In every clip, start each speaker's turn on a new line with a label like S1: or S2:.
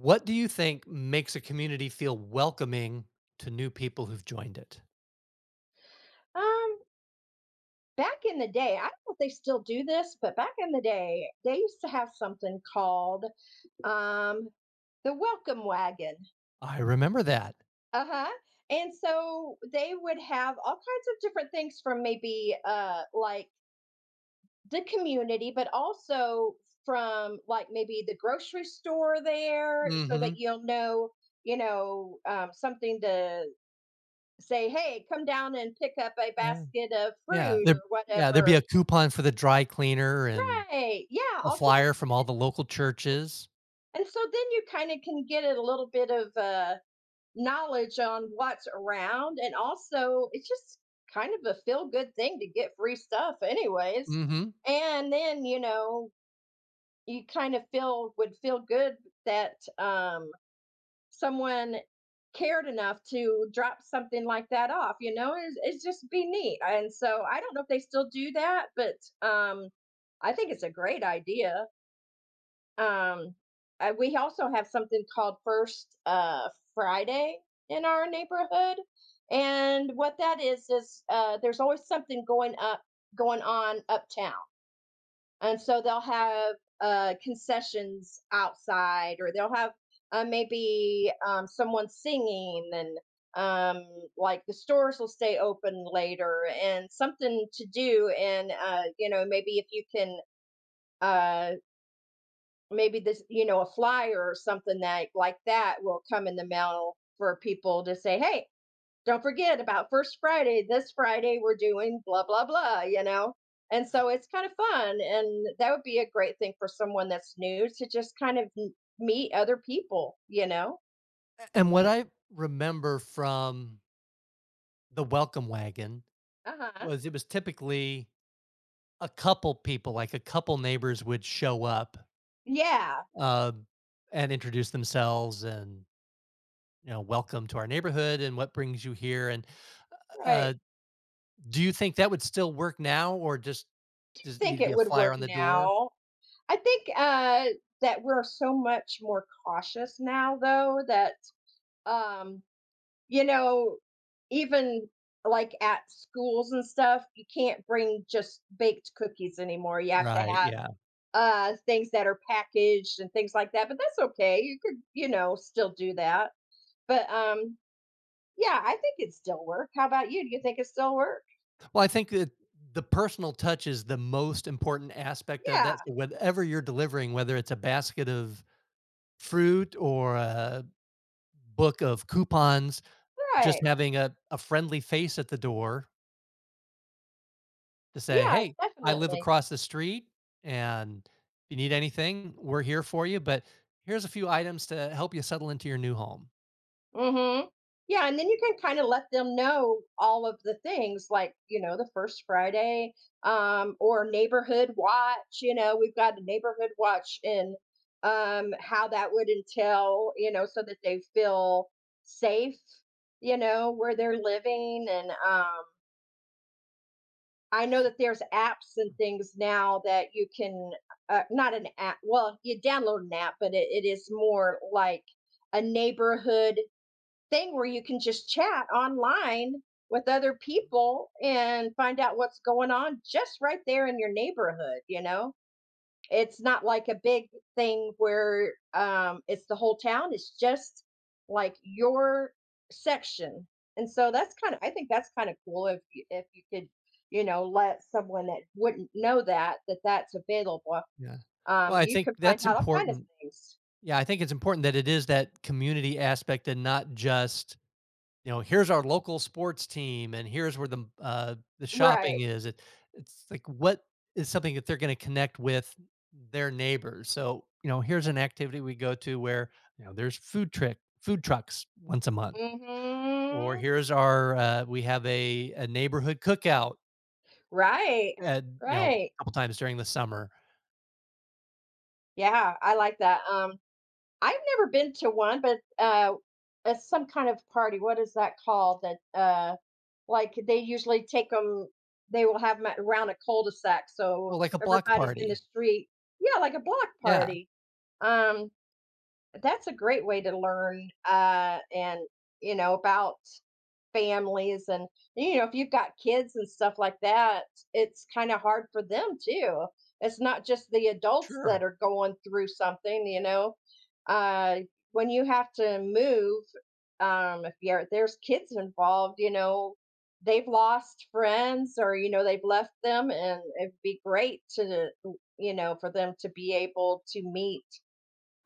S1: What do you think makes a community feel welcoming to new people who've joined it?
S2: Um, Back in the day, I don't know if they still do this, but back in the day, they used to have something called um the welcome wagon.
S1: I remember that.
S2: Uh-huh. And so they would have all kinds of different things from maybe like the community, but also from like maybe the grocery store there so that
S1: Mhm.
S2: you'll know, something to say, hey, come down and pick up a
S1: Yeah,
S2: basket of
S1: yeah.
S2: fruit or
S1: There yeah, there'd be
S2: whatever.
S1: a coupon for the dry cleaner and
S2: Right. Yeah,
S1: a
S2: all different.
S1: flyer from all the local churches.
S2: And so then you kinda can get a little bit of, knowledge on what's around, and also it's just kind of a feel-good thing to get free stuff anyways.
S1: Mhm.
S2: And then, you kind of feel would feel good that, someone cared enough to drop something like that off, you know? It's just be neat, and so I don't know if they still do that, but, I think it's a great idea. Um, we also have something called First Friday in our neighborhood, and what that is there's always something going on uptown, and so they'll have concessions outside, or they'll have maybe someone singing and um like the stores will stay open later and something to do. And you know, maybe if you can, uh maybe this, you know, a flyer or something that like that will come in the mail for people to say, hey, don't forget about First Friday. This Friday we're doing blah, blah, blah, you know? And so it's kind of fun. And that would be a great thing for someone that's new to just kind of meet other people, you know?
S1: And what I remember from the welcome wagon
S2: Uh huh.
S1: was it was typically a couple people, like a couple neighbors would show up,
S2: Yeah,
S1: um, and introduce themselves and, "Welcome to our neighborhood and what brings you here?" And,
S2: right.
S1: uh do you think that would still work now, or just
S2: Do you
S1: does it need
S2: think
S1: to be
S2: it
S1: a
S2: would
S1: flyer
S2: work
S1: on the door?
S2: now? I think that we're so much more cautious now, though, that um, you know, even like at schools and stuff, you can't bring just baked cookies anymore. You have to
S1: Right,
S2: have
S1: yeah.
S2: things that are packaged and things like that. But that's okay. You could, you know, still do that. But yeah, I think it still work. How about you? Do you think it still work?
S1: Well, I think that the personal touch is the most important aspect of that.
S2: Yeah,
S1: So whatever you're delivering, whether it's a basket of fruit or a book of coupons, just
S2: right.
S1: having a friendly face at the door to say,
S2: Yeah,
S1: "Hey, I live
S2: definitely.
S1: across the street, and if you need anything, we're here for you, but here's a few items to help you settle into your new home."
S2: Mm-hmm. Yeah, and then you can kind of let them know all of the things, like you know, the first Friday, or neighborhood watch. You know, we've got a neighborhood watch, and how that would entail, you know, so that they feel safe, you know, where they're living, and I know that there's apps and things now that you can, not an app. Well, you download an app, but it is more like a neighborhood thing where you can just chat online with other people and find out what's going on just right there in your neighborhood, you know? It's not like a big thing where it's the whole town, it's just like your section. And so that's kind of I think that's kind of cool if you could, you know, let someone that wouldn't know that that's available.
S1: Yeah. Well, I
S2: You
S1: think
S2: could find
S1: that's
S2: out all kind of
S1: important.
S2: things.
S1: Yeah, I think it's important that it is that community aspect and not just, you know, here's our local sports team and here's where the shopping
S2: Right.
S1: is. It's like what is something that they're going to connect with their neighbors. So, you know, here's an activity we go to where, you know, there's food trucks once a month. Or
S2: Mhm.
S1: here's our we have a neighborhood cookout
S2: Right.
S1: uh, you know, a
S2: Right.
S1: couple times during the summer.
S2: Yeah, I like that. I've never been to one, but it's some kind of party. What is that called? That like they usually take them. They will have 'em around a cul-de-sac, so
S1: Oh, like a block
S2: everybody's in the
S1: party.
S2: street. Yeah, like a block
S1: Yeah,
S2: party. Um, that's a great way to learn, and, you know, about families and, you know, if you've got kids and stuff like that, it's kinda hard for them too. It's not just the adults that
S1: sure.
S2: are going through something, you know? Uh, when you have to move, if you're there's kids involved, you know, they've lost friends or, you know, they've left them, and it'd be great to, you know, for them to be able to meet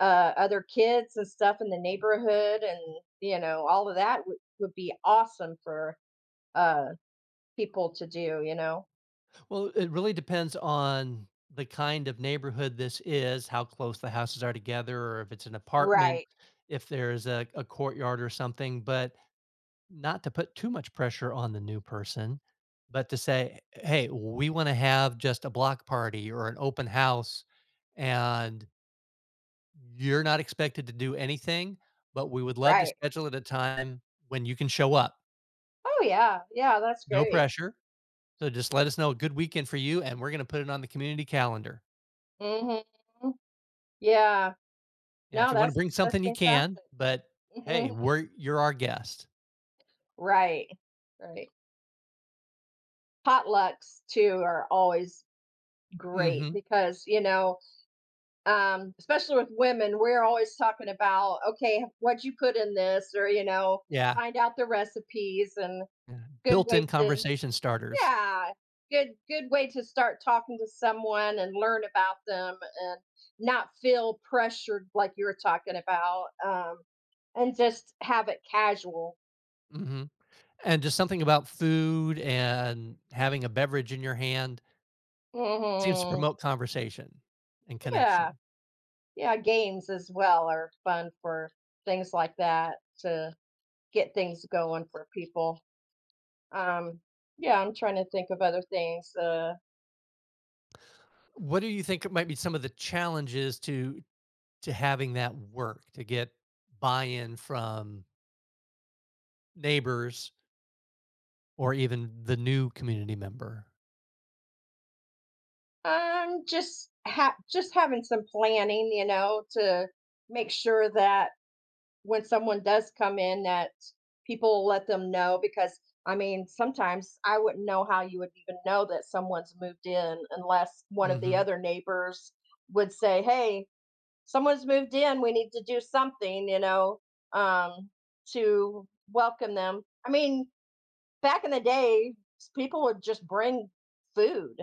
S2: other kids and stuff in the neighborhood, and you know all of that would be awesome for uh people to do, you know?
S1: Well, it really depends on the kind of neighborhood this is, how close the houses are together, or if it's an apartment,
S2: Right,
S1: if there's a courtyard or something. But not to put too much pressure on the new person, but to say, "Hey, we wanna have just a block party or an open house, and you're not expected to do anything, but we would love to
S2: right.
S1: schedule at a time when you can show up.
S2: Oh yeah, yeah, that's
S1: No
S2: great.
S1: pressure, so just let us know a good weekend for you, and we're gonna put it on the community calendar."
S2: Hmm, yeah.
S1: Yeah, if
S2: No,
S1: you wanna
S2: that's
S1: bring
S2: that's
S1: something, you can,
S2: fantastic.
S1: but, "Hey,
S2: Mhm.
S1: we're you're our guest."
S2: Right, right. Potlucks too are always great
S1: Mhm.
S2: because you know, especially with women, we're always talking about okay, what'd you put in this, or you know,
S1: Yeah.
S2: find out the recipes. And
S1: Yeah.
S2: good way
S1: Built-in
S2: to,
S1: conversation starters.
S2: yeah, good good way to start talking to someone and learn about them and not feel pressured like you're talking about, and just have it casual.
S1: Mhm. And just something about food and having a beverage in your hand seems to
S2: Mhm.
S1: promote conversation and
S2: Yeah.
S1: connection.
S2: Yeah, games as well are fun for things like that to get things going for people. Um, yeah, I'm trying to think of other things.
S1: What do you think might be some of the challenges to having that work to get buy-in from neighbors or even the new community member?
S2: Just just having some planning, you know, to make sure that when someone does come in that people let them know, because I mean, sometimes I wouldn't know how you would even know that someone's moved in unless one of the
S1: Mhm.
S2: other neighbors would say, "Hey, someone's moved in. We need to do something," you know, um, to welcome them. I mean, back in the day, people would just bring food.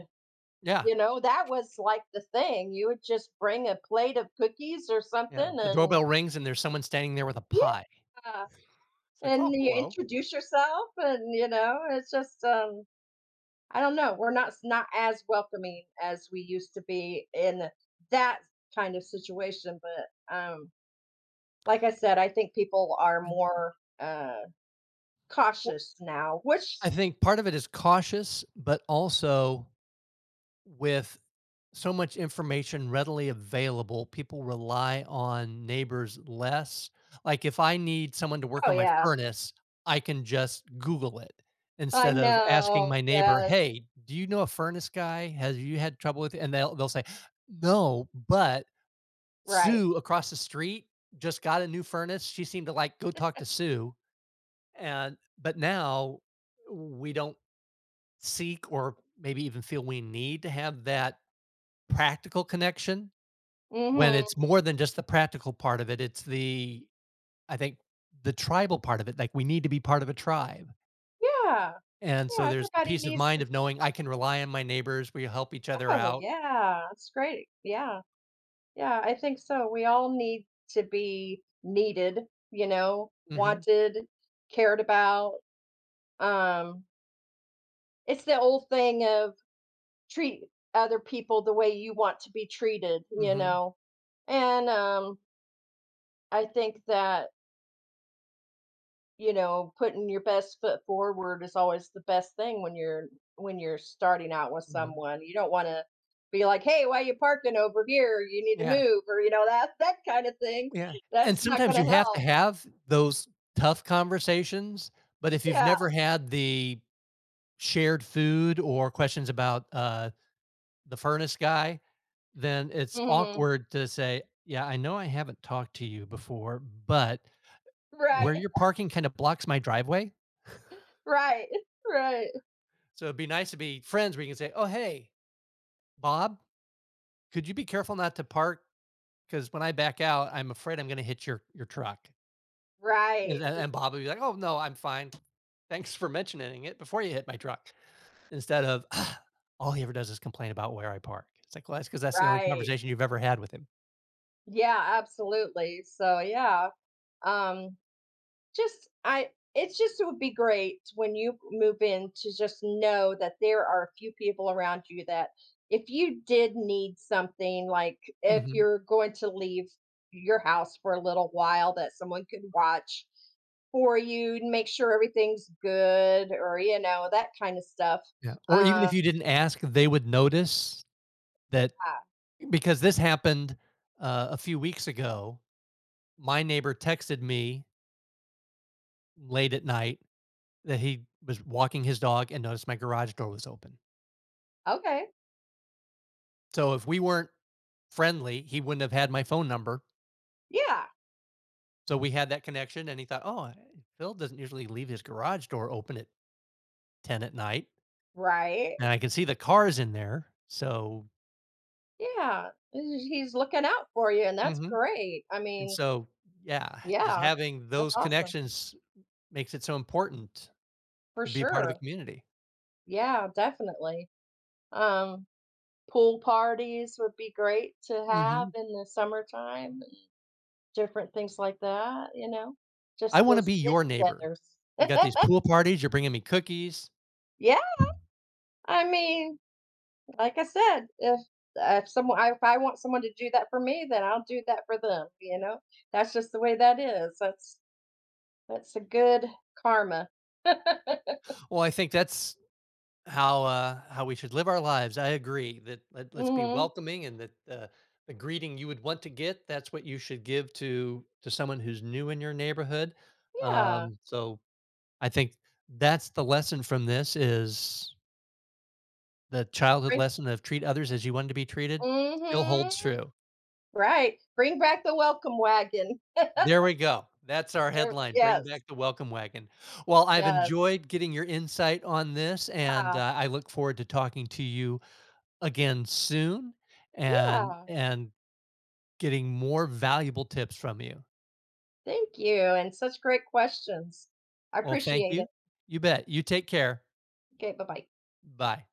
S1: Yeah,
S2: You know, that was like the thing. You would just bring a plate of cookies or
S1: yeah.
S2: something,
S1: The
S2: and
S1: doorbell rings and there's someone standing there with a pie.
S2: yeah.
S1: It's like,
S2: And
S1: "Oh,
S2: you
S1: hello."
S2: introduce yourself and, you know, it's just, I don't know, we're not as welcoming as we used to be in that kind of situation, but, like I said, I think people are
S1: Mm.
S2: more, uh,
S1: Well,
S2: cautious now, which,
S1: I think part of it is cautious, but also with so much information readily available, people rely on neighbors less. Like, if I need someone to work
S2: oh,
S1: on my
S2: yeah.
S1: furnace, I can just Google it
S2: I
S1: instead of asking
S2: know.
S1: my neighbor,
S2: Yeah.
S1: "Hey, do you know a furnace guy? Has you had trouble with it?" And they'll say, "No, but
S2: Right.
S1: Sue across the street just got a new furnace. She seemed to like go talk to Sue." And but now we don't seek or maybe even feel we need to have that practical connection when it's
S2: Mhm.
S1: more than just the practical part of it, it's the I think the tribal part of it, like, we need to be part of a tribe,
S2: Yeah.
S1: and so
S2: Yeah,
S1: there's the
S2: everybody
S1: peace of
S2: needs
S1: mind
S2: to
S1: of knowing I can rely on my neighbors, we help each other
S2: oh,
S1: out.
S2: yeah. That's great. Yeah. Yeah, I think so. We all need to be needed, you know,
S1: Mhm,
S2: wanted, cared about. Um, it's the old thing of treat other people the way you want to be treated, you
S1: mhm,
S2: know. And I think that, you know, putting your best foot forward is always the best thing when you're starting out with
S1: mhm.
S2: someone. You don't want to be like, "Hey, why you parking over here? You need to
S1: Yeah,
S2: move," or you know, that kind of thing.
S1: yeah, and
S2: That's not going
S1: sometimes you
S2: to
S1: have to
S2: help.
S1: have those tough conversations, but if you've
S2: Yeah.
S1: never had the shared food or questions about, the furnace guy, then it's
S2: Mhm.
S1: awkward to say, "Yeah, I know I haven't talked to you before, but" where
S2: Right.
S1: you're parking kinda blocks my driveway,
S2: Right. Right.
S1: so it'd be nice to be friends where you can say, "Oh, hey, Bob, could you be careful not to park? Because when I back out, I'm afraid I'm gonna hit your truck." And
S2: Right.
S1: and and Bob would be like, "Oh, no, I'm fine. Thanks for mentioning it before you hit my truck." Instead of, "Ah, all he ever does is complain about where I park. It's like, "Well, that's because that's the only
S2: Right.
S1: conversation you've ever had with him."
S2: Yeah, absolutely. So, yeah, um, just I it's just it would be great when you move in to just know that there are a few people around you that if you did need something, like if
S1: Mhm,
S2: you're going to leave your house for a little while, that someone could watch for you and make sure everything's good or, you know, that kind of stuff.
S1: yeah, or even
S2: Uh,
S1: if you didn't ask, they would notice that
S2: ah,
S1: because this happened, a few weeks ago, my neighbor texted me late at night that he was walking his dog and noticed my garage door was open.
S2: okay.
S1: So if we weren't friendly, he wouldn't have had my phone number.
S2: Yeah,
S1: So we had that connection, and he thought, "Oh, Phil doesn't usually leave his garage door open at 10 at night,
S2: right.
S1: and I can see the cars in there." So,
S2: Yeah, he's looking out for you, and that's
S1: mhm.
S2: great. I
S1: And
S2: mean,
S1: so, yeah, just
S2: yeah,
S1: having
S2: that's
S1: those
S2: awesome
S1: connections makes it so important
S2: for
S1: to be a part of a
S2: sure.
S1: community.
S2: Yeah, definitely. Um, pool parties would be great to have
S1: Hmm.
S2: in the summertime, and different things like that, you know,
S1: I
S2: just
S1: want to
S2: those
S1: be your neighbor.
S2: get-togethers.
S1: We got these pool parties. You're bringing me cookies.
S2: Yeah, I mean, like I said, if someone I- if I want someone to do that for me, then I'll do that for them, you know? That's just the way that is. That's a good karma.
S1: Well, I think that's how, how we should live our lives. I agree that let's be
S2: Mhm.
S1: welcoming, and that the greeting you would want to get, that's what you should give to someone who's new in your neighborhood.
S2: Yeah.
S1: So I think that's the lesson from this is the childhood
S2: Right.
S1: lesson of treat others as you want to be treated still
S2: Mhm.
S1: holds true.
S2: Right. Bring back the welcome wagon.
S1: There we go. That's our
S2: There
S1: headline. Bring
S2: yes.
S1: back the welcome wagon. Well, I've
S2: Yes.
S1: enjoyed getting your insight on this, and
S2: Ah,
S1: I look forward to talking to you again soon
S2: yeah.
S1: and getting more valuable tips from you.
S2: Thank you, and such great questions. I
S1: Well, thank
S2: appreciate it.
S1: you. You bet. You take care.
S2: Okay, bye-bye.
S1: Bye.